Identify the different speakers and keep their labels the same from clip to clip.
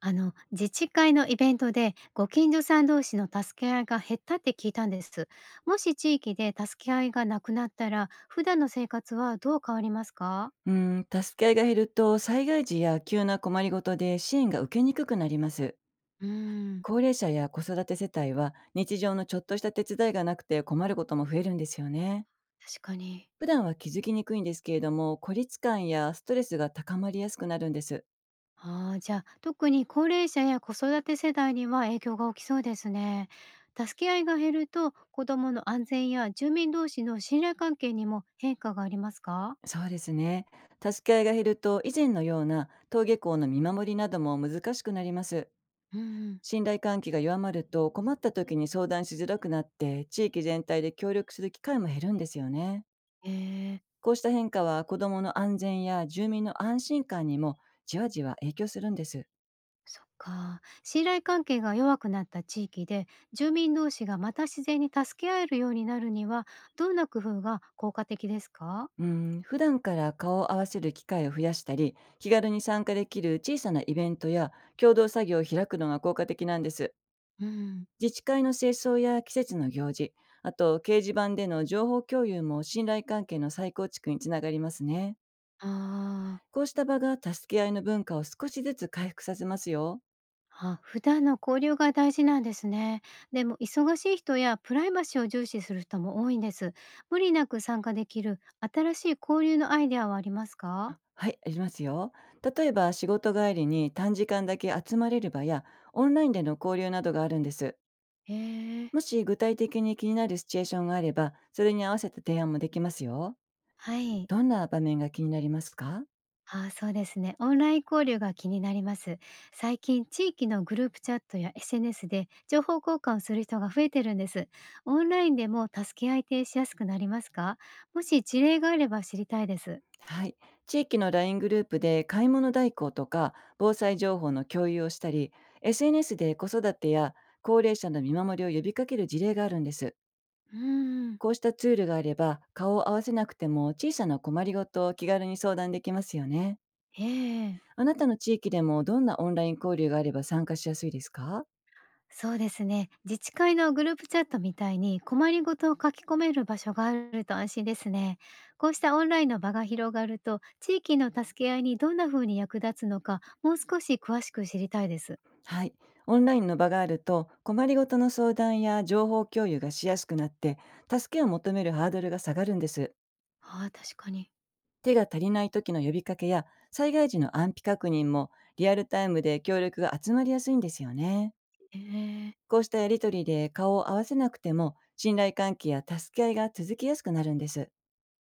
Speaker 1: 自治会のイベントでご近所さん同士の助け合いが減ったって聞いたんです。もし地域で助け合いがなくなったら、普段の生活はどう変わりますか？
Speaker 2: うん、助け合いが減ると災害時や急な困りごとで支援が受けにくくなります。
Speaker 1: うーん、
Speaker 2: 高齢者や子育て世帯は日常のちょっとした手伝いがなくて困ることも増えるんですよね。
Speaker 1: 確かに。
Speaker 2: 普段は気づきにくいんですけれども、孤立感やストレスが高まりやすくなるんです。
Speaker 1: ああ、じゃあ、特に高齢者や子育て世代には影響が起きそうですね。助け合いが減ると、子どもの安全や住民同士の信頼関係にも変化がありますか？
Speaker 2: そうですね。助け合いが減ると以前のような登下校の見守りなども難しくなります。
Speaker 1: うん。
Speaker 2: 信頼関係が弱まると困った時に相談しづらくなって、地域全体で協力する機会も減るんですよね。
Speaker 1: えん、へえ。
Speaker 2: こうした変化は子どもの安全や住民の安心感にも、じわじわ影響するんです。
Speaker 1: そっか。信頼関係が弱くなった地域で、住民同士がまた自然に助け合えるようになるには、どんな工夫が効果的ですか？
Speaker 2: うん、普段から顔を合わせる機会を増やしたり、気軽に参加できる小さなイベントや共同作業を開くのが効果的なんです。
Speaker 1: うん。
Speaker 2: 自治会の清掃や季節の行事、あと掲示板での情報共有も信頼関係の再構築につながりますね。
Speaker 1: あー。
Speaker 2: こうした場が助け合いの文化を少しずつ回復させますよ。
Speaker 1: あ、普段の交流が大事なんですね。でも、忙しい人やプライバシーを重視する人も多いんです。無理なく参加できる新しい交流のアイデアはありますか？
Speaker 2: はい、ありますよ。例えば仕事帰りに短時間だけ集まれる場や、オンラインでの交流などがあるんです。
Speaker 1: へえ。
Speaker 2: もし具体的に気になるシチュエーションがあれば、それに合わせた提案もできますよ。
Speaker 1: はい。
Speaker 2: どんな場面が気になりますか？
Speaker 1: ああ、そうですね。オンライン交流が気になります。最近、地域のグループチャットや SNS で情報交換をする人が増えてるんです。オンラインでも助け合いってしやすくなりますか？もし事例があれば知りたいです。
Speaker 2: はい。地域のライングループで買い物代行とか、防災情報の共有をしたり、SNS で子育てや高齢者の見守りを呼びかける事例があるんです。
Speaker 1: うーん、
Speaker 2: こうしたツールがあれば、顔を合わせなくても小さな困りごとを気軽に相談できますよね。
Speaker 1: ええ。
Speaker 2: あなたの地域でも、どんなオンライン交流があれば参加しやすいですか？
Speaker 1: そうですね。自治会のグループチャットみたいに困りごとを書き込める場所があると安心ですね。こうしたオンラインの場が広がると、地域の助け合いにどんな風に役立つのか、もう少し詳しく知りたいです。
Speaker 2: はい。オンラインの場があると困りごとの相談や情報共有がしやすくなって、助けを求めるハードルが下がるんです。
Speaker 1: ああ、確かに。
Speaker 2: 手が足りない時の呼びかけや災害時の安否確認も、リアルタイムで協力が集まりやすいんですよね。
Speaker 1: ええ、
Speaker 2: こうしたやりとりで顔を合わせなくても、信頼関係や助け合いが続きやすくなるんです。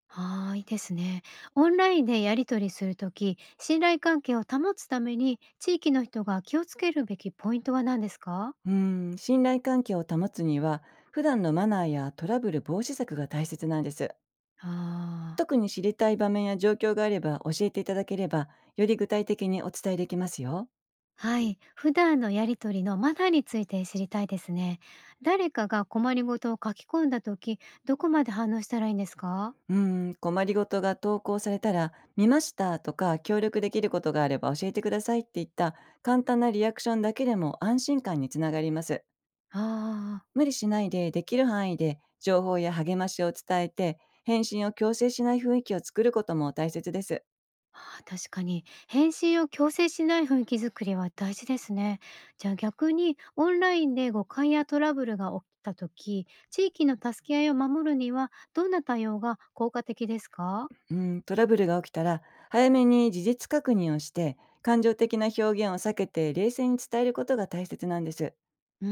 Speaker 1: ああ、いいですね。オンラインでやり取りするとき、信頼関係を保つために、地域の人が気をつけるべきポイントは何ですか？
Speaker 2: うーん、信頼関係を保つには、普段のマナーやトラブル防止策が大切なんです。
Speaker 1: ああ、
Speaker 2: 特に知りたい場面や状況があれば教えていただければ、より具体的にお伝えできますよ。
Speaker 1: はい。普段のやり取りのマナーについて知りたいですね。誰かが困りごとを書き込んだとき、どこまで反応したらいいんですか？
Speaker 2: うーん、困りごとが投稿されたら、見ましたとか、協力できることがあれば教えてくださいっていった簡単なリアクションだけでも、安心感につながります。
Speaker 1: ああー。
Speaker 2: 無理しないで、できる範囲で情報や励ましを伝えて、返信を強制しない雰囲気を作ることも大切です。
Speaker 1: ああ、確かに返信を強制しない雰囲気づくりは大事ですね。じゃあ逆にオンラインで誤解やトラブルが起きた時、地域の助け合いを守るにはどんな対応が効果的ですか？
Speaker 2: うん、トラブルが起きたら、早めに事実確認をして、感情的な表現を避けて冷静に伝えることが大切なんです。
Speaker 1: うー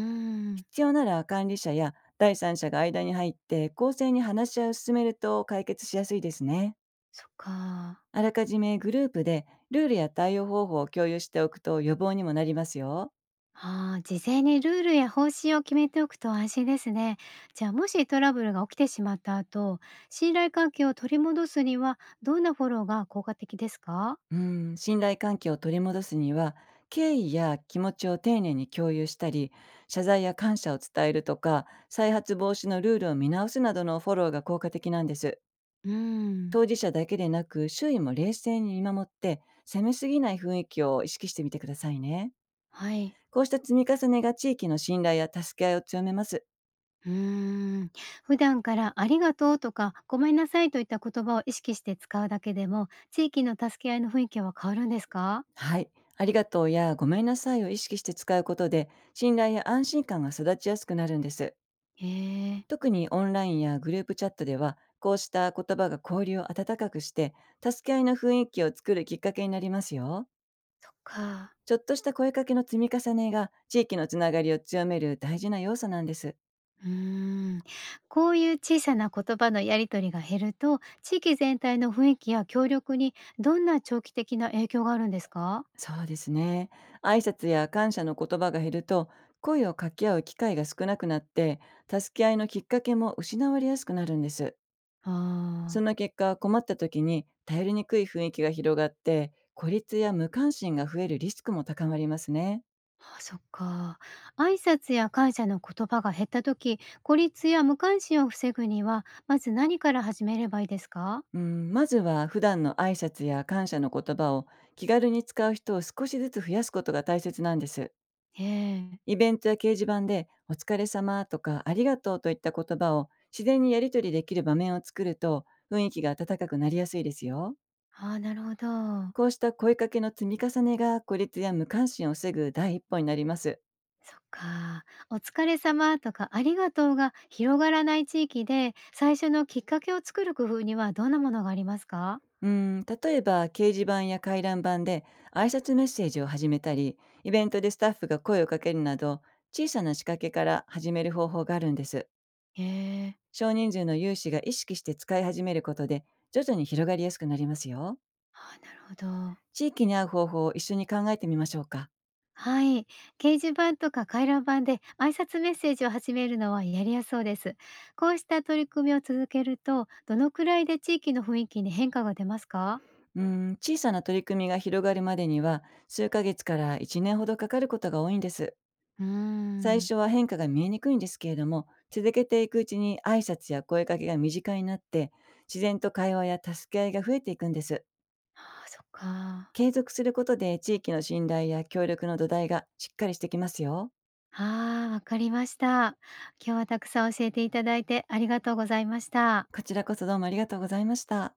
Speaker 1: ん、
Speaker 2: 必要なら管理者や第三者が間に入って、公正に話し合いを進めると解決しやすいですね。
Speaker 1: そっか。
Speaker 2: あらかじめグループでルールや対応方法を共有しておくと、予防にもなりますよ。
Speaker 1: ああ、事前にルールや方針を決めておくと安心ですね。じゃあもしトラブルが起きてしまった後、信頼関係を取り戻すにはどんなフォローが効果的ですか？
Speaker 2: うん、信頼関係を取り戻すには、経緯や気持ちを丁寧に共有したり、謝罪や感謝を伝えるとか、再発防止のルールを見直すなどのフォローが効果的なんです。
Speaker 1: うーん。
Speaker 2: 当事者だけでなく、周囲も冷静に見守って、責めすぎない雰囲気を意識してみてくださいね。
Speaker 1: はい。
Speaker 2: こうした積み重ねが地域の信頼や助け合いを強めます。
Speaker 1: うーん。普段からありがとうとかごめんなさいといった言葉を意識して使うだけでも、地域の助け合いの雰囲気は変わるんですか？
Speaker 2: はい。ありがとうやごめんなさいを意識して使うことで、信頼や安心感が育ちやすくなるんです。
Speaker 1: へえ、
Speaker 2: 特にオンラインやグループチャットでは、こうした言葉が交流を温かくして、助け合いの雰囲気を作るきっかけになりますよ。
Speaker 1: そっか。
Speaker 2: ちょっとした声かけの積み重ねが、地域のつながりを強める大事な要素なんです。
Speaker 1: うーん。こういう小さな言葉のやり取りが減ると、地域全体の雰囲気や協力にどんな長期的な影響があるんですか？
Speaker 2: そうですね。挨拶や感謝の言葉が減ると、声を掛け合う機会が少なくなって、助け合いのきっかけも失われやすくなるんです。そ
Speaker 1: ああ、
Speaker 2: の結果、困った時に頼りにくい雰囲気が広がって、孤立や無関心が増えるリスクも高まりますね。
Speaker 1: あ、そっか。挨拶や感謝の言葉が減った時、孤立や無関心を防ぐには、まず何から始めればいいですか？
Speaker 2: うん、まずは普段の挨拶や感謝の言葉を気軽に使う人を少しずつ増やすことが大切なんです。
Speaker 1: へえ。
Speaker 2: イベントや掲示板でお疲れ様とかありがとうといった言葉を自然にやり取りできる場面を作ると、雰囲気が温かくなりやすいですよ。
Speaker 1: ああ、なるほど。
Speaker 2: こうした声かけの積み重ねが、孤立や無関心を防ぐ第一歩になります。
Speaker 1: そっか。お疲れ様とかありがとうが広がらない地域で、最初のきっかけを作る工夫にはどんなものがありますか？
Speaker 2: うん、例えば掲示板や回覧板で挨拶メッセージを始めたり、イベントでスタッフが声をかけるなど、小さな仕掛けから始める方法があるんです。
Speaker 1: へえ。
Speaker 2: 少人数の有志が意識して使い始めることで、徐々に広がりやすくなりますよ。
Speaker 1: ああ、なるほど。
Speaker 2: 地域に合う方法を一緒に考えてみましょうか。
Speaker 1: はい。掲示板とか回覧板で挨拶メッセージを始めるのはやりやすそうです。こうした取り組みを続けると、どのくらいで地域の雰囲気に変化が出ますか？
Speaker 2: うん、小さな取り組みが広がるまでには、数ヶ月から1年ほどかかることが多いんです。
Speaker 1: うー
Speaker 2: 最
Speaker 1: ん。
Speaker 2: 初は変化が見えにくいんですけれども、続けていくうちに挨拶や声かけが身近になって、自然と会話や助け合いが増えていくんです。
Speaker 1: ああ、そっか。
Speaker 2: 継続することで地域の信頼や協力の土台がしっかりしてきますよ。
Speaker 1: ああ、わかりました。今日はたくさん教えていただいてありがとうございました。
Speaker 2: こちらこそ、どうもありがとうございました。